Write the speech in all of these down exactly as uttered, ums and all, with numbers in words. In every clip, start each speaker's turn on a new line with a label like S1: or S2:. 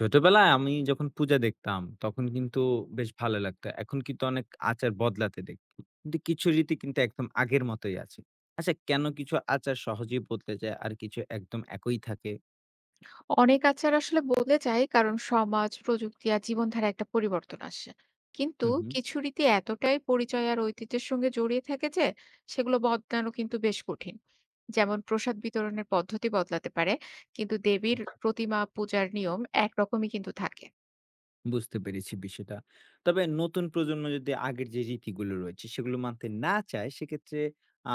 S1: ছোটবেলায় আমি যখন পূজা দেখতাম তখন কিন্তু বেশ ভালো লাগতো। এখন কিন্তু অনেক আচার বদলাতে দেখি। কিন্তু কিছু রীতি কিন্তু একদম আগের মতোই আছে। আচ্ছা কেন কিছু আচার সহজেই বদলে যায় আর কিছু একদম একই থাকে?
S2: অনেক আচার আসলে বদলে যায় কারণ সমাজ, প্রযুক্তি আর জীবনধারায় একটা পরিবর্তন আসে। কিন্তু
S1: হুম, হুম।
S2: কিছু রীতি এতটাই পরিচয় আর ঐতিহ্যের সঙ্গে জড়িয়ে থাকে যে সেগুলো বদলানো কিন্তু বেশ কঠিন। যেমন প্রসাদ বিতরণের পদ্ধতি বদলাতে পারে, কিন্তু দেবীর প্রতিমা পূজার নিয়ম একরকমই কিন্তু থাকে।
S1: বুঝতে পেরেছি বিষয়টা। তবে নতুন প্রজন্ম যদি আগের যে রীতিগুলো রয়েছে সেগুলো মানতে না চায় সেক্ষেত্রে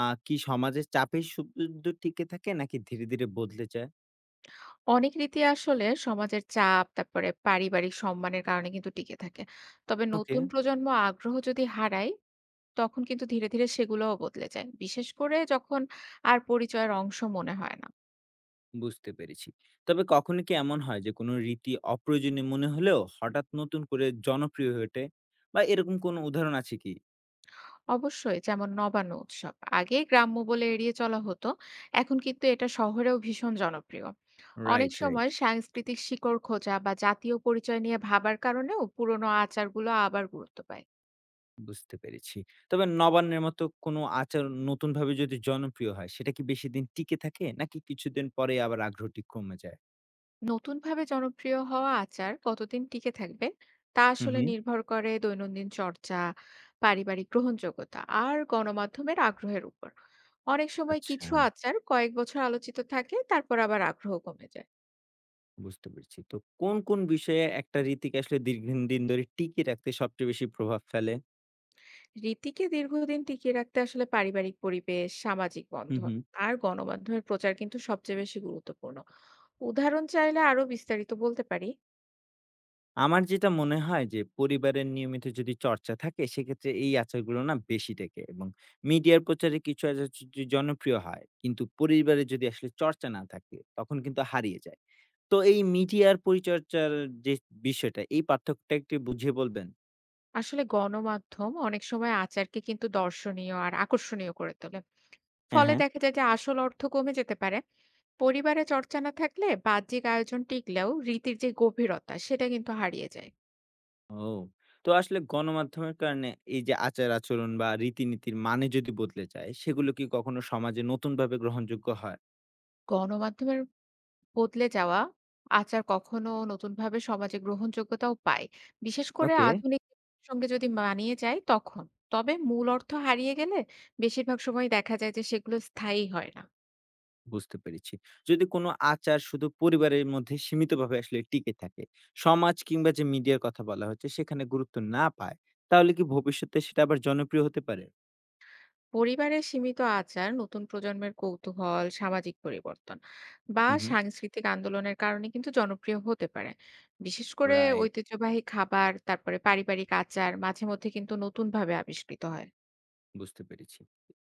S1: আ কি সমাজের চাপে শুধু টিকে থাকে নাকি ধীরে, ধীরে বদলে যায়?
S2: অনেক রীতি আসলে সমাজের চাপ, তারপরে পারিবারিক সম্মানের কারণে কিন্তু টিকে থাকে। তবে
S1: ওকে।
S2: নতুন প্রজন্ম আগ্রহ যদি হারায় তখন কিন্তু ধীরে, ধীরে সেগুলোও বদলে যায়। বিশেষ করে যখন আর পরিচয়ের অংশ মনে হয় না।
S1: বুঝতে পেরেছি। তবে কখনো কি এমন হয় যে কোনো রীতি অপ্রয়োজনীয় মনে হলেও হঠাৎ নতুন করে জনপ্রিয় হয়ে ওঠে? বা এরকম কোনো উদাহরণ আছে কি?
S2: অবশ্যই যেমন নবান্ন উৎসব। আগে গ্রাম্য বলে এড়িয়ে চলা হতো। এখন কিন্তু এটা শহরেও ভীষণ জনপ্রিয়। অনেক
S1: রাইট, রাইট।
S2: সময় সাংস্কৃতিক শিকড় খোঁজা বা জাতীয় পরিচয় নিয়ে ভাবার কারণেও পুরনো আচারগুলো আবার গুরুত্ব পায়।
S1: বুঝতে পেরেছি। তবে নবান্নের মতো কোনো আচার নতুনভাবে যদি জনপ্রিয় হয় সেটা কি বেশি দিন টিকে থাকে নাকি কিছুদিন পরে আবার আগ্রহটি কমে যায়?
S2: নতুনভাবে জনপ্রিয় হওয়া আচার কতদিন টিকে থাকবে তা
S1: হুম,
S2: আসলে
S1: হুম।
S2: নির্ভর করে দৈনন্দিন চর্চা, পারিবারিক গ্রহণযোগ্যতা আর গণমাধ্যমের আগ্রহের উপর। অনেক সময়
S1: আচ্ছা।
S2: কিছু আচার কয়েক বছর আলোচিত থাকে তারপর আবার আগ্রহ কমে যায়।
S1: বুঝতে পেরেছি। তো কোন, কোন বিষয়ে একটা রীতিকে আসলে দীর্ঘদিন ধরে টিকিয়ে রাখতে সবচেয়ে বেশি প্রভাব ফেলে?
S2: রীতিকে দীর্ঘদিন টিকিয়ে রাখতে আসলে পারিবারিক পরিবেশ, সামাজিক
S1: হুম,
S2: বন্ধন
S1: হুম।
S2: আর গণমাধ্যমের প্রচার কিন্তু সবচেয়ে বেশি গুরুত্বপূর্ণ। উদাহরণ চাইলে আরো বিস্তারিত বলতে পারি।
S1: আমার যেটা মনে হয় যে পরিবারের নিয়মিত যদি চর্চা থাকে সেক্ষেত্রে এই আচারগুলো না বেশি টেকে এবং মিডিয়ার প্রচারে কিছু আচার জ- জ- জনপ্রিয় হয় কিন্তু পরিবারে যদি আসলে চর্চা না থাকে তখন কিন্তু হারিয়ে যায়। তো এই মিডিয়ার পরিচর্যার যে বিষয়টা, এই পার্থক্যটা একটু বুঝিয়ে বলবেন।
S2: আসলে গণমাধ্যম অনেক সময় আচারকে কিন্তু দর্শনীয় আর আকর্ষণীয় করে তোলে।
S1: হ্যাঁ,
S2: ফলে
S1: হ্যাঁ।
S2: দেখা যায় যে আসল অর্থ কমে যেতে পারে। পরিবারে চর্চা না থাকলে বাহ্যিক আয়োজন টিকলেও রীতির যে গভীরতা সেটা কিন্তু হারিয়ে যায়।
S1: ও, তো আসলে গণমাধ্যমের কারণে এই যে আচার আচরণ বা রীতিনীতির মানে যদি বদলে যায় সেগুলো কি কখনো সমাজে নতুন ভাবে গ্রহণযোগ্য হয়?
S2: গণমাধ্যমের বদলে যাওয়া আচার কখনো নতুনভাবে সমাজে গ্রহণযোগ্যতাও পায়। বিশেষ করে
S1: ওকে।
S2: আধুনিক সঙ্গে যদি মানিয়ে যায় তখন। তবে মূল অর্থ হারিয়ে গেলে বেশিরভাগ সময়ই দেখা যায় যে সেগুলো স্থায়ী হয় না।
S1: বুঝতে পেরেছি। যদি কোনো আচার শুধু পরিবারের মধ্যে সীমিতভাবে আসলে টিকে থাকে, সমাজ কিংবা যে মিডিয়ার কথা বলা হচ্ছে সেখানে গুরুত্ব না পায়, তাহলে কি ভবিষ্যতে সেটা আবার জনপ্রিয় হতে পারে?
S2: পরিবারের সীমিত আচার নতুন প্রজন্মের কৌতূহল সামাজিক পরিবর্তন বা
S1: হুম, হুম।
S2: সাংস্কৃতিক আন্দোলনের কারণে কিন্তু জনপ্রিয় হতে পারে, বিশেষ করে
S1: রাইট।
S2: ঐতিহ্যবাহী খাবার তারপরে পারিবারিক আচার মাঝে মধ্যে কিন্তু নতুন ভাবে আবিষ্কৃত হয়।
S1: বুঝতে পেরেছি।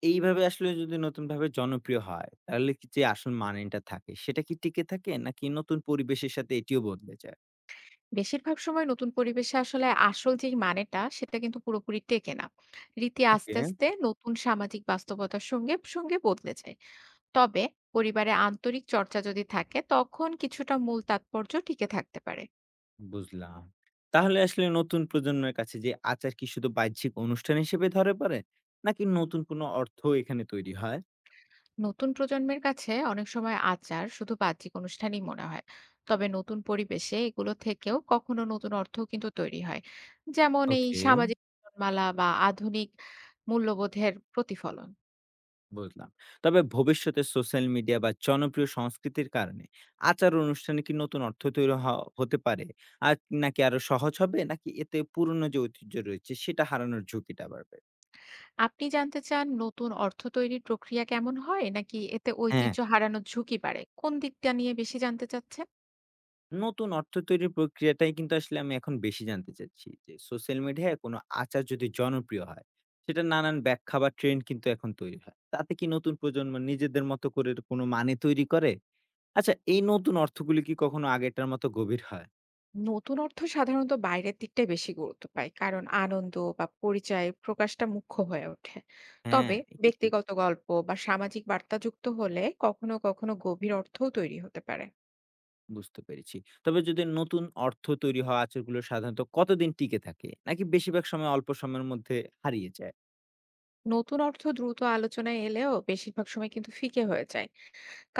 S1: এইভাবে আসলে যদি নতুনভাবে জনপ্রিয় হয়, তাহলে কি যে আসল মানেটা থাকে সেটা কি টিকে থাকে? নাকি নতুন পরিবেশের সাথে এটিও বদলে যায়?
S2: বেশিরভাগ সময় নতুন পরিবেশে আসলে আসল যে মানেটা সেটা কিন্তু পুরোপুরি টেকে না। রীতি
S1: ওকে,
S2: আস্তে আস্তে নতুন সামাজিক বাস্তবতার সঙ্গে সঙ্গে বদলে যায়। তবে পরিবারে আন্তরিক চর্চা যদি থাকে তখন কিছুটা মূল তাৎপর্য টিকে থাকতে পারে।
S1: বুঝলাম। তাহলে আসলে নতুন প্রজন্মের কাছে যে আচার কি শুধু বাহ্যিক অনুষ্ঠান হিসেবে ধরা পড়ে? নাকি নতুন কোনো অর্থ এখানে তৈরি হয়?
S2: নতুন প্রজন্মের কাছে অনেক সময় আচার শুধু বাহ্যিক অনুষ্ঠানই মনে হয়। তবে নতুন পরিবেশে এগুলো থেকেও কখনো নতুন অর্থ কিন্তু তৈরি হয়, যেমন এই
S1: ওকে,
S2: সামাজিক মালা বা আধুনিক মূল্যবোধের প্রতিফলন।
S1: বুঝলাম। তবে ভবিষ্যতে সোশ্যাল মিডিয়া বা জনপ্রিয় সংস্কৃতির কারণে আচার অনুষ্ঠানে কি নতুন অর্থ তৈরি হ হতে পারে? আর নাকি আরো সহজ হবে? নাকি এতে পুরনো যে ঐতিহ্য রয়েছে সেটা হারানোর ঝুঁকিটা বাড়বে?
S2: আপনি জানতে চান নতুন অর্থ তৈরির প্রক্রিয়া কেমন হয়, নাকি এতে
S1: হ্যাঁ।
S2: ঐতিহ্য হারানোর ঝুঁকি বাড়ে? কোন দিকটা নিয়ে বেশি জানতে চাচ্ছেন?
S1: নতুন অর্থ তৈরির প্রক্রিয়াটাই কিন্তু আসলে আমি এখন বেশি জানতে চাচ্ছি যে সোশ্যাল মিডিয়ায় কোনো আচার যদি জনপ্রিয় হয়, সেটা নানান ব্যাখ্যা বা ট্রেন্ড কিন্তু এখন তৈরি হয়। তাতে কি নতুন প্রজন্ম নিজেদের মতো করে কোনো মানে তৈরি করে? আচ্ছা এই নতুন অর্থগুলি কি কখনো আগেরটার মতো গভীর হয়?
S2: নতুন অর্থ সাধারণত বাইরের দিকটাই বেশি গুরুত্ব পায়, কারণ আনন্দ বা পরিচয় প্রকাশটা মুখ্য হয়ে ওঠে।
S1: হ্যাঁ,
S2: তবে
S1: এটা ঠিক।
S2: ব্যক্তিগত গল্প বা সামাজিক বার্তা যুক্ত হলে কখনো কখনো গভীর অর্থও তৈরি হতে পারে।
S1: বুঝতে পেরেছি। তবে যদি নতুন অর্থ তৈরি হওয়া আচারগুলো সাধারণত কতদিন টিকে থাকে? নাকি বেশিরভাগ সময় অল্প সময়ের মধ্যে হারিয়ে যায়?
S2: নতুন অর্থ দ্রুত আলোচনায় এলেও বেশিরভাগ সময় কিন্তু ফিকে হয়ে যায়,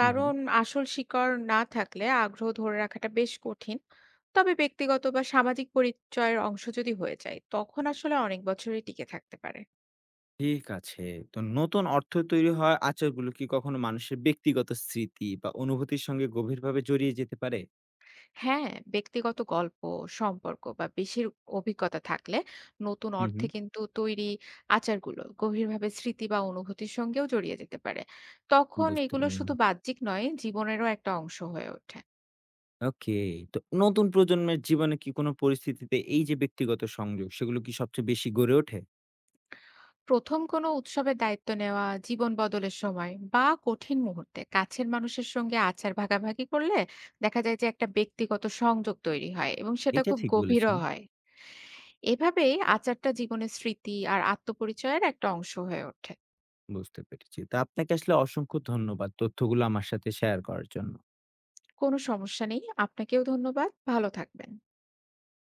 S1: হুম, হুম।
S2: আসল শিকড় না থাকলে আগ্রহ ধরে রাখাটা বেশ কঠিন। তবে ব্যক্তিগত বা সামাজিক পরিচয়ের অংশ যদি হয়ে যায় তখন আসলে অনেক বছরই টিকে থাকতে পারে।
S1: ঠিক আছে। তো নতুন অর্থ তৈরি হওয়া আচারগুলো কি কখনো মানুষের ব্যক্তিগত স্মৃতি বা অনুভূতির সঙ্গে গভীরভাবে জড়িয়ে যেতে পারে?
S2: হ্যাঁ, ব্যক্তিগত গল্প, সম্পর্ক বা বেশির অভিজ্ঞতা থাকলে নতুন
S1: হুম,
S2: অর্থে
S1: হুম।
S2: কিন্তু তৈরি আচারগুলো গভীরভাবে স্মৃতি বা অনুভূতির সঙ্গেও জড়িয়ে যেতে পারে। তখন
S1: বুঝতে
S2: এগুলো
S1: পারলাম।
S2: শুধু বাহ্যিক নয়, জীবনেরও একটা অংশ হয়ে ওঠে।
S1: ওকে। তো নতুন প্রজন্মের জীবনে কি কোনো পরিস্থিতিতে এই যে ব্যক্তিগত সংযোগ, সেগুলো কি সবচেয়ে বেশি গড়ে ওঠে?
S2: প্রথম কোনো উৎসবের দায়িত্ব নেওয়া, জীবন বদলের সময় বা কঠিন মুহূর্তে কাছের মানুষের সঙ্গে আচার ভাগাভাগি করলে দেখা যায় যে একটা ব্যক্তিগত সংযোগ তৈরি হয় এবং সেটা
S1: এটা
S2: খুব
S1: ঠিক
S2: গভীরও
S1: বলেছেন।
S2: হয়। এভাবেই আচারটা জীবনের স্মৃতি আর আত্মপরিচয়ের একটা অংশ হয়ে ওঠে।
S1: বুঝতে পেরেছি। তো আপনাকে আসলে অসংখ্য ধন্যবাদ তথ্যগুলো আমার সাথে শেয়ার করার জন্য।
S2: কোনো সমস্যা নেই। আপনাকেও ধন্যবাদ। ভালো থাকবেন।